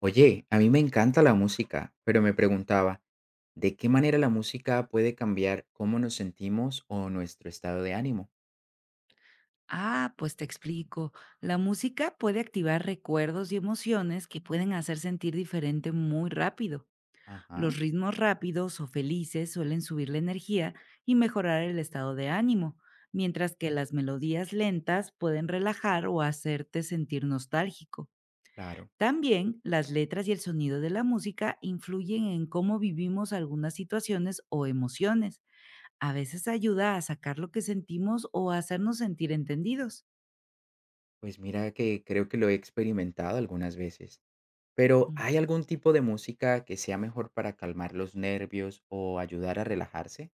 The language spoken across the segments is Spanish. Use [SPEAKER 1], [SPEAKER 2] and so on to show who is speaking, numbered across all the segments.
[SPEAKER 1] Oye, a mí me encanta la música, pero me preguntaba, ¿de qué manera la música puede cambiar cómo nos sentimos o nuestro estado de ánimo?
[SPEAKER 2] Ah, pues te explico. La música puede activar recuerdos y emociones que pueden hacer sentir diferente muy rápido.
[SPEAKER 1] Ajá,
[SPEAKER 2] Los ritmos rápidos o felices suelen subir la energía y mejorar el estado de ánimo, mientras que las melodías lentas pueden relajar o hacerte sentir nostálgico.
[SPEAKER 1] claro.
[SPEAKER 2] También las letras y el sonido de la música influyen en cómo vivimos algunas situaciones o emociones. A veces ayuda a sacar lo que sentimos o a hacernos sentir entendidos.
[SPEAKER 1] Pues mira que creo que lo he experimentado algunas veces. Pero ¿hay
[SPEAKER 2] Mm.
[SPEAKER 1] algún tipo de música que sea mejor para calmar los nervios o ayudar a relajarse?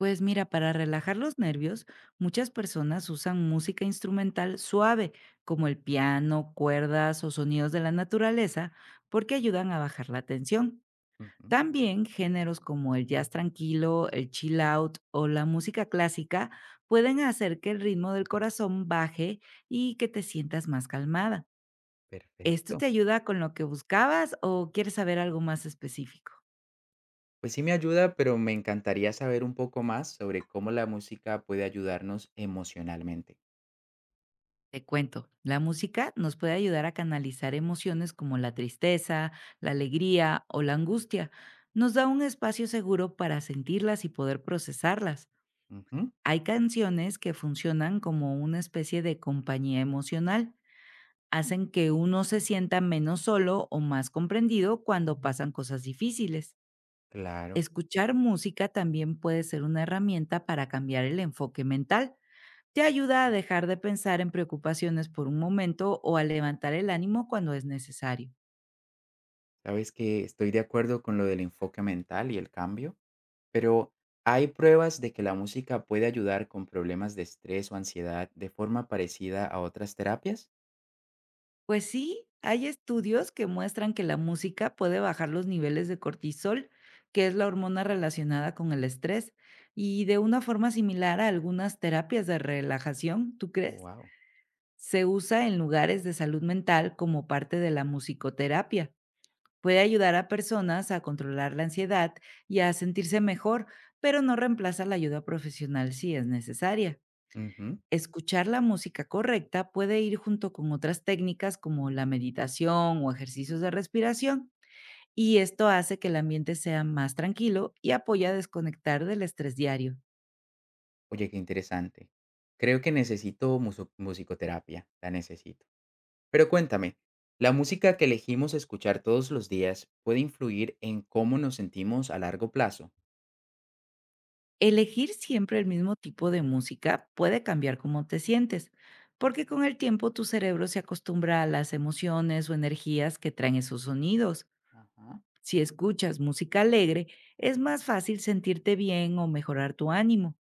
[SPEAKER 2] Pues mira, para relajar los nervios, muchas personas usan música instrumental suave, como el piano, cuerdas o sonidos de la naturaleza, porque ayudan a bajar la tensión.
[SPEAKER 1] Ujú,
[SPEAKER 2] También géneros como el jazz tranquilo, el chill out o la música clásica pueden hacer que el ritmo del corazón baje y que te sientas más calmada. ¿Esto
[SPEAKER 1] perfecto.
[SPEAKER 2] te ayuda con lo que buscabas o quieres saber algo más específico?
[SPEAKER 1] Pues sí me ayuda, pero me encantaría saber un poco más sobre cómo la música puede ayudarnos emocionalmente.
[SPEAKER 2] Te cuento, la música nos puede ayudar a canalizar emociones como la tristeza, la alegría o la angustia. Nos da un espacio seguro para sentirlas y poder procesarlas.
[SPEAKER 1] Ujú,
[SPEAKER 2] Hay canciones que funcionan como una especie de compañía emocional. Hacen que uno se sienta menos solo o más comprendido cuando pasan cosas difíciles.
[SPEAKER 1] claro.
[SPEAKER 2] Escuchar música también puede ser una herramienta para cambiar el enfoque mental, te ayuda a dejar de pensar en preocupaciones por un momento o a levantar el ánimo cuando es necesario.
[SPEAKER 1] Sabes que estoy de acuerdo con lo del enfoque mental y el cambio, pero ¿hay pruebas de que la música puede ayudar con problemas de estrés o ansiedad de forma parecida a otras terapias?
[SPEAKER 2] Pues sí, hay estudios que muestran que la música puede bajar los niveles de cortisol, que es la hormona relacionada con el estrés, y de una forma similar a algunas terapias de relajación, ¿tú crees?
[SPEAKER 1] Wow.
[SPEAKER 2] Se usa en lugares de salud mental como parte de la musicoterapia. Puede ayudar a personas a controlar la ansiedad y a sentirse mejor, pero no reemplaza la ayuda profesional si es necesaria. Escuchar la música correcta puede ir junto con otras técnicas como la meditación o ejercicios de respiración, y esto hace que el ambiente sea más tranquilo y apoya a desconectar del estrés diario.
[SPEAKER 1] Oye, qué interesante. Creo que necesito musicoterapia, la necesito. Pero cuéntame, ¿la música que elegimos escuchar todos los días puede influir en cómo nos sentimos a largo plazo?
[SPEAKER 2] Elegir siempre el mismo tipo de música puede cambiar cómo te sientes, porque con el tiempo tu cerebro se acostumbra a las emociones o energías que traen esos sonidos.
[SPEAKER 1] Ajá.
[SPEAKER 2] Si escuchas música alegre, es más fácil sentirte bien o mejorar tu ánimo.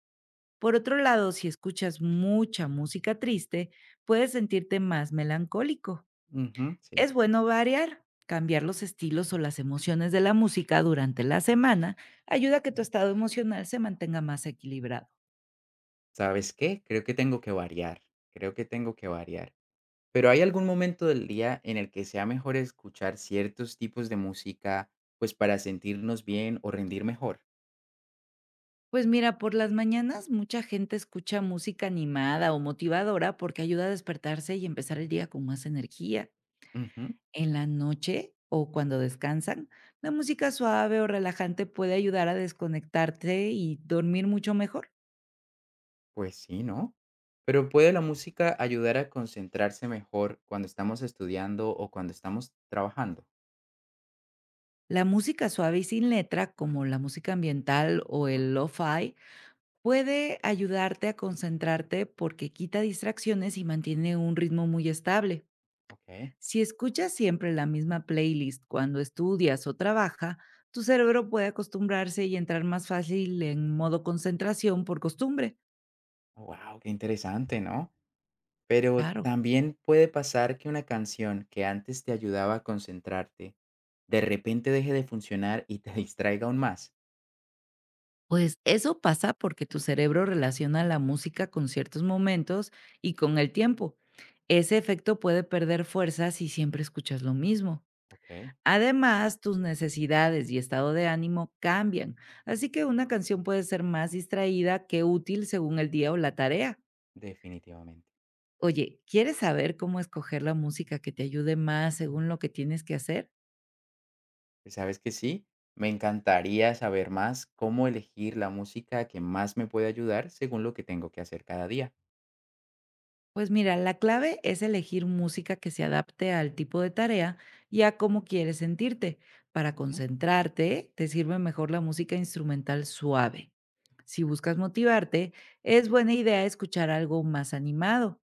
[SPEAKER 2] Por otro lado, si escuchas mucha música triste, puedes sentirte más melancólico.
[SPEAKER 1] Ujú, sí.
[SPEAKER 2] Es bueno variar, cambiar los estilos o las emociones de la música durante la semana ayuda a que tu estado emocional se mantenga más equilibrado.
[SPEAKER 1] ¿Sabes qué? Creo que tengo que variar. Creo que tengo que variar. Pero, ¿hay algún momento del día en el que sea mejor escuchar ciertos tipos de música, pues, para sentirnos bien o rendir mejor?
[SPEAKER 2] Pues mira, por las mañanas mucha gente escucha música animada o motivadora porque ayuda a despertarse y empezar el día con más energía.
[SPEAKER 1] Ujú,
[SPEAKER 2] En la noche o cuando descansan, la música suave o relajante puede ayudar a desconectarte y dormir mucho mejor.
[SPEAKER 1] pues sí, ¿no? Pero, ¿puede la música ayudar a concentrarse mejor cuando estamos estudiando o cuando estamos trabajando?
[SPEAKER 2] La música suave y sin letra, como la música ambiental o el lo-fi, puede ayudarte a concentrarte porque quita distracciones y mantiene un ritmo muy estable.
[SPEAKER 1] Okey.
[SPEAKER 2] Si escuchas siempre la misma playlist cuando estudias o trabaja, tu cerebro puede acostumbrarse y entrar más fácil en modo concentración por costumbre.
[SPEAKER 1] Wow, qué interesante, ¿no? Pero,
[SPEAKER 2] Claro.
[SPEAKER 1] ¿también puede pasar que una canción que antes te ayudaba a concentrarte, de repente deje de funcionar y te distraiga aún más?
[SPEAKER 2] Pues eso pasa porque tu cerebro relaciona la música con ciertos momentos y con el tiempo. Ese efecto puede perder fuerza si siempre escuchas lo mismo.
[SPEAKER 1] Okey,
[SPEAKER 2] Además, tus necesidades y estado de ánimo cambian, así que una canción puede ser más distraída que útil según el día o la tarea.
[SPEAKER 1] definitivamente.
[SPEAKER 2] Oye, ¿quieres saber cómo escoger la música que te ayude más según lo que tienes que hacer?
[SPEAKER 1] Pues, ¿sabes que sí? Me encantaría saber más cómo elegir la música que más me puede ayudar según lo que tengo que hacer cada día.
[SPEAKER 2] Pues mira, la clave es elegir música que se adapte al tipo de tarea y a cómo quieres sentirte. Para
[SPEAKER 1] Ujú,
[SPEAKER 2] concentrarte, te sirve mejor la música instrumental suave. Si
[SPEAKER 1] sí.
[SPEAKER 2] buscas motivarte, es buena idea escuchar algo más animado.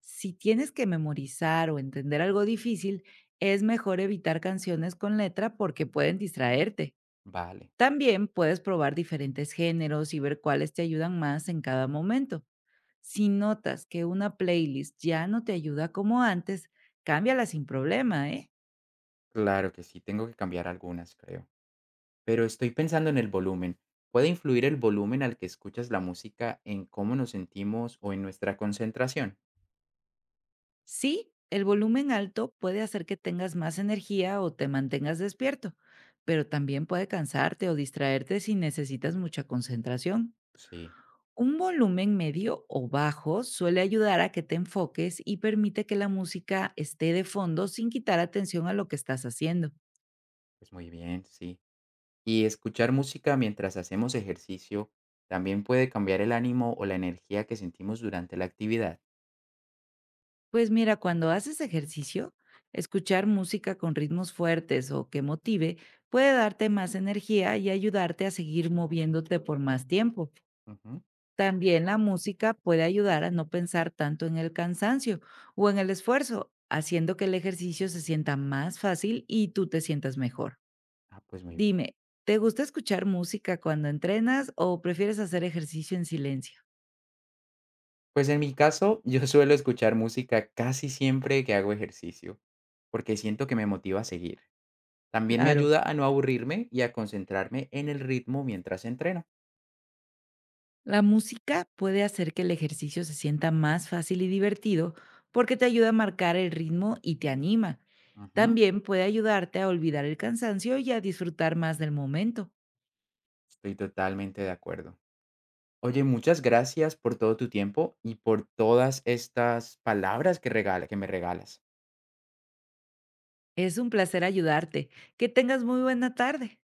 [SPEAKER 2] Si tienes que memorizar o entender algo difícil, es mejor evitar canciones con letra porque pueden distraerte.
[SPEAKER 1] Vale,
[SPEAKER 2] También puedes probar diferentes géneros y ver cuáles te ayudan más en cada momento. Si notas que una playlist ya no te ayuda como antes, cámbiala sin problema, ¿eh?
[SPEAKER 1] claro que sí, tengo que cambiar algunas, creo. Pero estoy pensando en el volumen. ¿Puede influir el volumen al que escuchas la música en cómo nos sentimos o en nuestra concentración?
[SPEAKER 2] Sí, el volumen alto puede hacer que tengas más energía o te mantengas despierto, pero también puede cansarte o distraerte si necesitas mucha concentración.
[SPEAKER 1] Sí,
[SPEAKER 2] Un volumen medio o bajo suele ayudar a que te enfoques y permite que la música esté de fondo sin quitar atención a lo que estás haciendo.
[SPEAKER 1] pues muy bien, sí. ¿Y escuchar música mientras hacemos ejercicio también puede cambiar el ánimo o la energía que sentimos durante la actividad?
[SPEAKER 2] Pues mira, cuando haces ejercicio, escuchar música con ritmos fuertes o que motive puede darte más energía y ayudarte a seguir moviéndote por más tiempo.
[SPEAKER 1] Ujú.
[SPEAKER 2] También la música puede ayudar a no pensar tanto en el cansancio o en el esfuerzo, haciendo que el ejercicio se sienta más fácil y tú te sientas mejor.
[SPEAKER 1] Ah, pues muy bien.
[SPEAKER 2] Dime, ¿te gusta escuchar música cuando entrenas o prefieres hacer ejercicio en silencio?
[SPEAKER 1] Pues en mi caso, yo suelo escuchar música casi siempre que hago ejercicio, porque siento que me motiva a seguir. También me
[SPEAKER 2] Claro.
[SPEAKER 1] ayuda a no aburrirme y a concentrarme en el ritmo mientras entreno.
[SPEAKER 2] La música puede hacer que el ejercicio se sienta más fácil y divertido porque te ayuda a marcar el ritmo y te anima.
[SPEAKER 1] Ujú,
[SPEAKER 2] También puede ayudarte a olvidar el cansancio y a disfrutar más del momento.
[SPEAKER 1] estoy totalmente de acuerdo. Oye, muchas gracias por todo tu tiempo y por todas estas palabras que regala, que me regalas.
[SPEAKER 2] Es un placer ayudarte. Que tengas muy buena tarde.